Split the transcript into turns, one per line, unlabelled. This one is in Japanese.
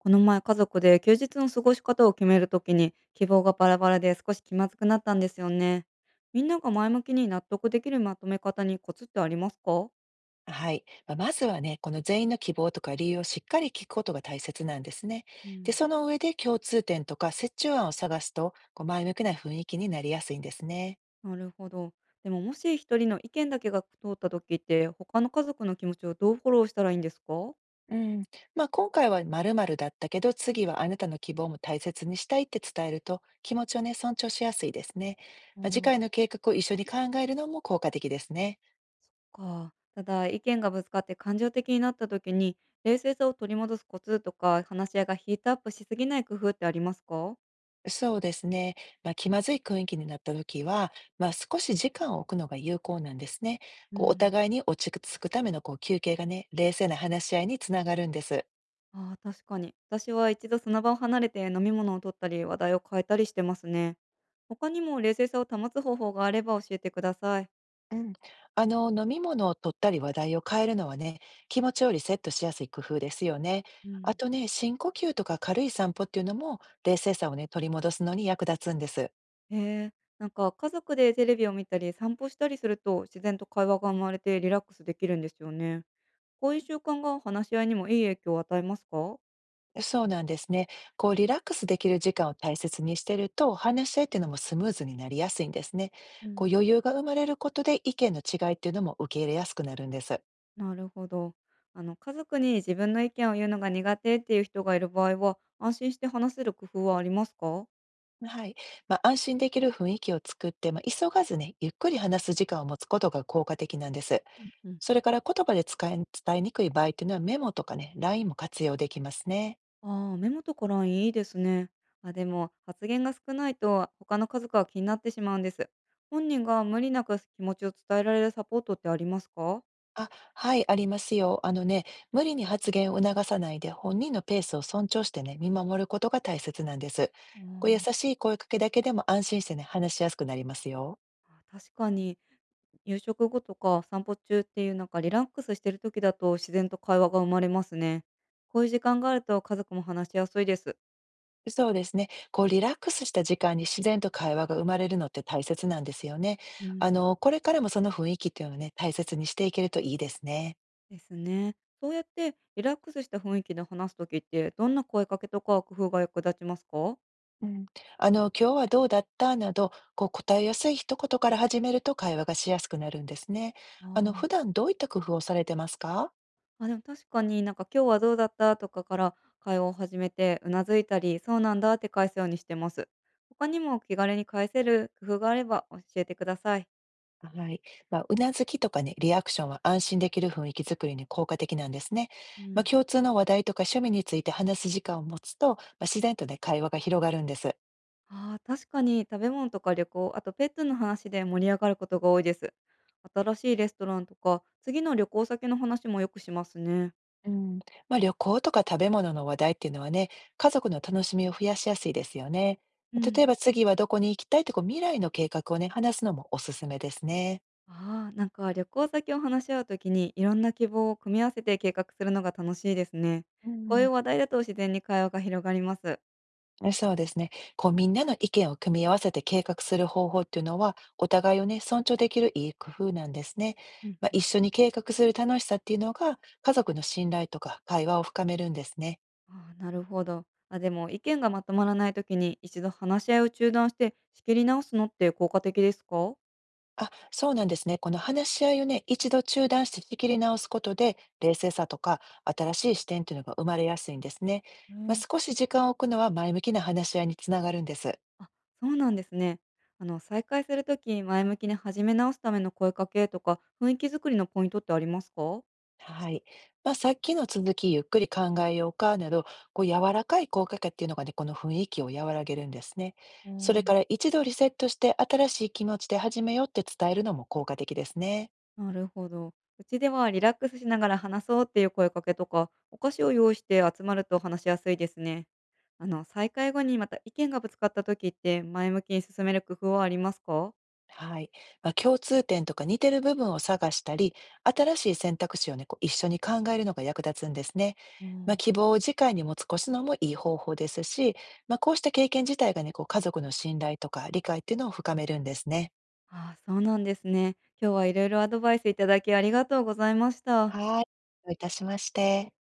この前家族で休日の過ごし方を決めるときに希望がバラバラで少し気まずくなったんですよね。みんなが前向きに納得できるまとめ方にコツってありますか？
はい。まずはね、この全員の希望とか理由をしっかり聞くことが大切なんですね。
う
で、
ん。
その上で共通点とか折衷案を探すと、こう前向きな雰囲気になりやすいんですね。
なるほど。でももし一人の意見だけが通ったときって他の家族の気持ちをどうフォローしたらいいんですか？
うん。今回は〇〇だったけど、次はあなたの希望も大切にしたいって伝えると、気持ちをね、尊重しやすいですね。
そ
次
ー。
回の計画を一緒に考えるのも効果的ですね。
そっか。ただ意見がぶつかって感情的になったときに冷静さを取り戻すコツとか話し合いがヒートアップしすぎない工夫ってありますか？
そうですね。気まずい雰囲気になった時は、少し時間を置くのが有効なんですね。
う
こうお
ん。
互いに落ち着くためのこう休憩がね、冷静な話し合いにつながるんです。
ああ、確かに。私は一度その場を離れて飲み物を取ったり、話題を変えたりしてますね。他にも冷静さを保つ方法があれば教えてください。
うん。飲み物を取ったり話題を変えるのはね、気持ちをリセットしやすい工夫ですよね。
う
あ
ん。
とね、深呼吸とか軽い散歩っていうのも、冷静さをね、取り戻すのに役立つんです。
へえ。なんか家族でテレビを見たり散歩したりすると自然と会話が生まれてリラックスできるんですよね。こういう習慣が話し合いにもいい影響を与えますか？
そうなんですね。こう、リラックスできる時間を大切にしてると、話し合いっていうのもスムーズになりやすいんですね。
う
こう、
ん。
余裕が生まれることで意見の違いっていうのも受け入れやすくなるんです。
なるほど。家族に自分の意見を言うのが苦手っていう人がいる場合は安心して話せる工夫はありますか？
はい。安心できる雰囲気を作って、急がずね、ゆっくり話す時間を持つことが効果的なんです。
うんうん。
それから言葉で使え、伝えにくい場合っていうのはメモとかね、LINE も活用できますね。
ああ、メモとかラインいいですね。あ、でも発言が少ないと他の家族が気になってしまうんです。本人が無理なく気持ちを伝えられるサポートってありますか？
あ、はい、ありますよ。あのね、無理に発言を促さないで本人のペースを尊重してね、見守ることが大切なんです。
あ
こう優
ー。
しい声かけだけでも安心してね、話しやすくなりますよ。
あ、確かに。夕食後とか散歩中っていうなんかリラックスしてる時だと自然と会話が生まれますね。こういう時間があると家族も話しやすいです。
そうですね。こうリラックスした時間に自然と会話が生まれるのって大切なんですよね。
うん。
これからもその雰囲気っていうのをね、大切にしていけるといいですね。
ですね。そうやってリラックスした雰囲気で話す時ってどんな声かけとか工夫が役立ちますか？
うん。今日はどうだったなど、こう答えやすい一言から始めると会話がしやすくなるんですね。普
あ。
段どういった工夫をされてますか？
あ、でも確かになんか今日はどうだったとかから会話を始めて、うなずいたり、そうなんだって返すようにしてます。他にも気軽に返せる工夫があれば教えてください。
はい。うなずきとかね、リアクションは安心できる雰囲気づくりに効果的なんですね。
うん。
共通の話題とか趣味について話す時間を持つと、自然とね、会話が広がるんです。
ああ、確かに食べ物とか旅行、あとペットの話で盛り上がることが多いです。新しいレストランとか、次の旅行先の話もよくしますね。
うん、旅行とか食べ物の話題っていうのはね、家族の楽しみを増やしやすいですよね。
うん。
例えば次はどこに行きたいとか未来の計画をね、話すのもおすすめですね。
ああ、なんか旅行先を話し合うときにいろんな希望を組み合わせて計画するのが楽しいですね。
う
こうい
ん、
う話題だと自然に会話が広がります。
そうですね。こう、みんなの意見を組み合わせて計画する方法っていうのは、お互いをね、尊重できるいい工夫なんですね。
うん。
一緒に計画する楽しさっていうのが、家族の信頼とか会話を深めるんですね。
ああ、なるほど。あ、でも意見がまとまらないときに一度話し合いを中断して仕切り直すのって効果的ですか？
あ、そうなんですね。この話し合いをね、一度中断して仕切り直すことで、冷静さとか新しい視点っていうのが生まれやすいんですね。
ね。
少し時間を置くのは前向きな話し合いにつながるんです。
あ、そうなんですね。再開するとき前向きに始め直すための声かけとか、雰囲気作りのポイントってありますか？
はい。さっきの続き、ゆっくり考えようかなど、こう柔らかい声かけっていうのがね、この雰囲気を和らげるんですね。
う
それ
ん。
から一度リセットして新しい気持ちで始めようって伝えるのも効果的ですね。
なるほど。うちではリラックスしながら話そうっていう声かけとか、お菓子を用意して集まると話しやすいですね。再開後にまた意見がぶつかった時って前向きに進める工夫はありますか？
はい。共通点とか似てる部分を探したり、新しい選択肢をね、こう一緒に考えるのが役立つんですね。
うん。
希望を次回に持ち越すのもいい方法ですし、こうした経験自体がね、こう家族の信頼とか理解っていうのを深めるんですね。
ああ、そうなんですね。今日は色々アドバイスいただきありがとうございました。
はい。どういたしまして。